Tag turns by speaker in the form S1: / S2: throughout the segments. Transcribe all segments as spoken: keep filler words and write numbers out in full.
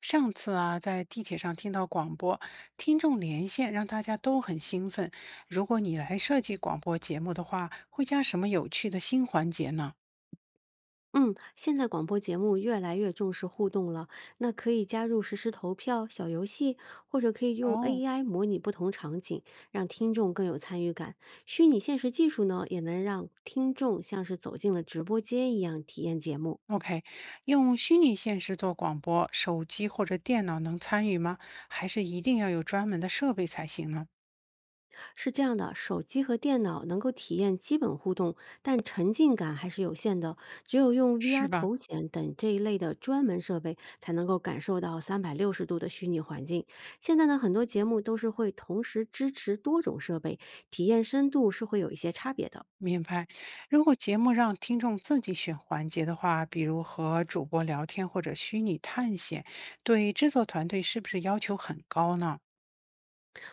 S1: 上次啊，在地铁上听到广播，听众连线让大家都很兴奋。如果你来设计广播节目的话，会加什么有趣的新环节呢？
S2: 嗯，现在广播节目越来越重视互动了，那可以加入实时投票、小游戏，或者可以用
S1: 哦，
S2: A I 模拟不同场景，让听众更有参与感。虚拟现实技术呢，也能让听众像是走进了直播间一样体验节目。
S1: ？OK，用虚拟现实做广播，手机或者电脑能参与吗？还是一定要有专门的设备才行呢？
S2: 是这样的，手机和电脑能够体验基本互动，但沉浸感还是有限的。只有用 V R
S1: 是吧？
S2: 头显等这一类的专门设备，才能够感受到三百六十度的虚拟环境。现在呢，很多节目都是会同时支持多种设备，体验深度是会有一些差别的。
S1: 明白。如果节目让听众自己选环节的话，比如和主播聊天或者虚拟探险，对制作团队是不是要求很高呢？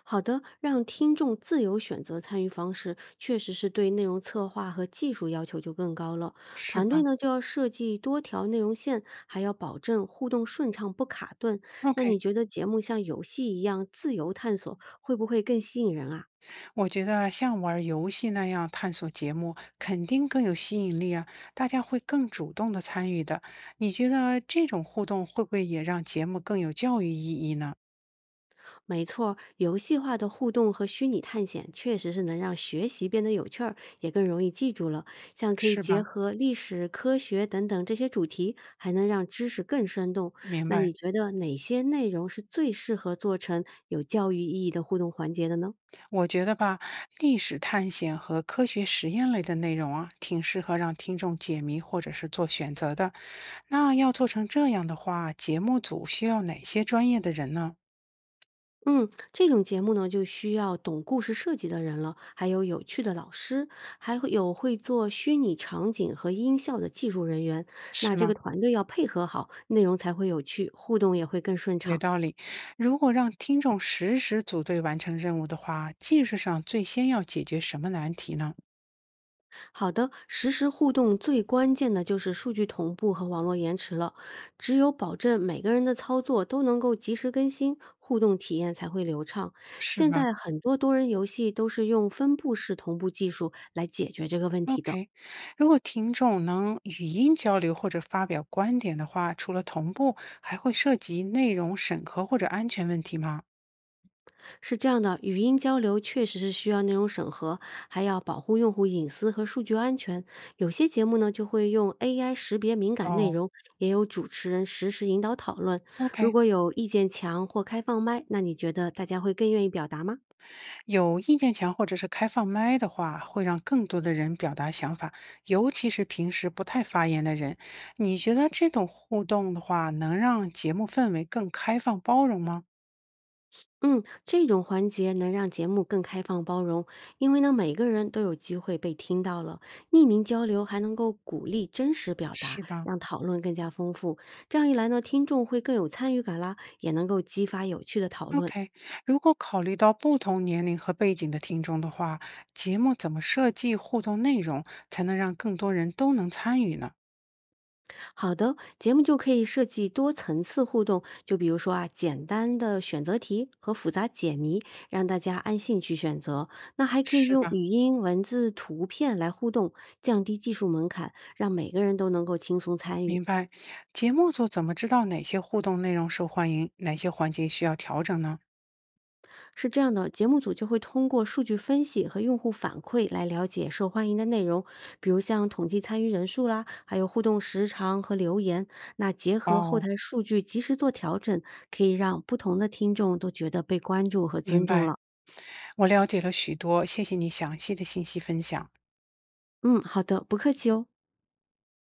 S2: 好的，让听众自由选择参与方式，确实是对内容策划和技术要求就更高了。
S1: 是
S2: 团队
S1: 吧？
S2: 呢就要设计多条内容线，还要保证互动顺畅不卡顿。那
S1: OK，
S2: 你觉得节目像游戏一样自由探索，会不会更吸引人啊？
S1: 我觉得啊像玩儿游戏那样探索节目肯定更有吸引力啊，大家会更主动的参与的。你觉得这种互动会不会也让节目更有教育意义呢？
S2: 没错。游戏化的互动和虚拟探险确实是能让学习变得有趣儿，也更容易记住了。像可以
S1: 是
S2: 结
S1: 吧？
S2: 合历史、科学等等这些主题，还能让知识更生动。
S1: 明
S2: 那
S1: 白。
S2: 你觉得哪些内容是最适合做成有教育意义的互动环节的呢？
S1: 我觉得吧，历史探险和科学实验类的内容啊，挺适合让听众解谜或者是做选择的。那要做成这样的话，节目组需要哪些专业的人呢？
S2: 嗯，这种节目呢，就需要懂故事设计的人了，还有有趣的老师，还会有会做虚拟场景和音效的技术人员。那
S1: 是
S2: 这
S1: 吗？
S2: 个团队要配合好，内容才会有趣，互动也会更顺
S1: 有
S2: 畅。
S1: 道理。如果让听众实时组队完成任务的话，技术上最先要解决什么难题呢？
S2: 好的，实时互动最关键的就是数据同步和网络延迟了。只有保证每个人的操作都能够及时更新，互动体验才会流畅。
S1: 是
S2: 现
S1: 吧
S2: 在很多多人游戏都是用分布式同步技术来解决这个问题的。
S1: ？OK，如果听众能语音交流或者发表观点的话，除了同步，还会涉及内容审核或者安全问题吗？
S2: 是这样的，语音交流确实是需要内容审核，还要保护用户隐私和数据安全。有些节目呢就会用 A I 识别敏感内
S1: 哦
S2: 容，也有主持人实时引导讨论。如
S1: ，OK，
S2: 果有意见墙或开放麦，那你觉得大家会更愿意表达吗？
S1: 有意见墙或者是开放麦的话，会让更多的人表达想法，尤其是平时不太发言的人。你觉得这种互动的话，能让节目氛围更开放包容吗？
S2: 嗯，这种环节能让节目更开放包容，因为呢，每个人都有机会被听到了。匿名交流还能够鼓励真实表达，
S1: 是吧
S2: 让讨论更加丰富。这样一来呢，听众会更有参与感啦，也能够激发有趣的讨论。
S1: ？OK，如果考虑到不同年龄和背景的听众的话，节目怎么设计互动内容，才能让更多人都能参与呢？
S2: 好的，节目就可以设计多层次互动，就比如说啊，简单的选择题和复杂解谜，让大家按兴趣选择。那还可以
S1: 是
S2: 用
S1: 吧？
S2: 语音、文字、图片来互动，降低技术门槛，让每个人都能够轻松参与。
S1: 明白。节目组怎么知道哪些互动内容受欢迎，哪些环节需要调整呢？
S2: 是这样的，节目组就会通过数据分析和用户反馈来了解受欢迎的内容，比如像统计参与人数啦，还有互动时长和留言。那结合后
S1: 哦，
S2: 台数据及时做调整，可以让不同的听众都觉得被关注和
S1: 明
S2: 尊重
S1: 白，
S2: 了。
S1: 我了解了许多，谢谢你详细的信息分享。
S2: 嗯，好的，不客气哦。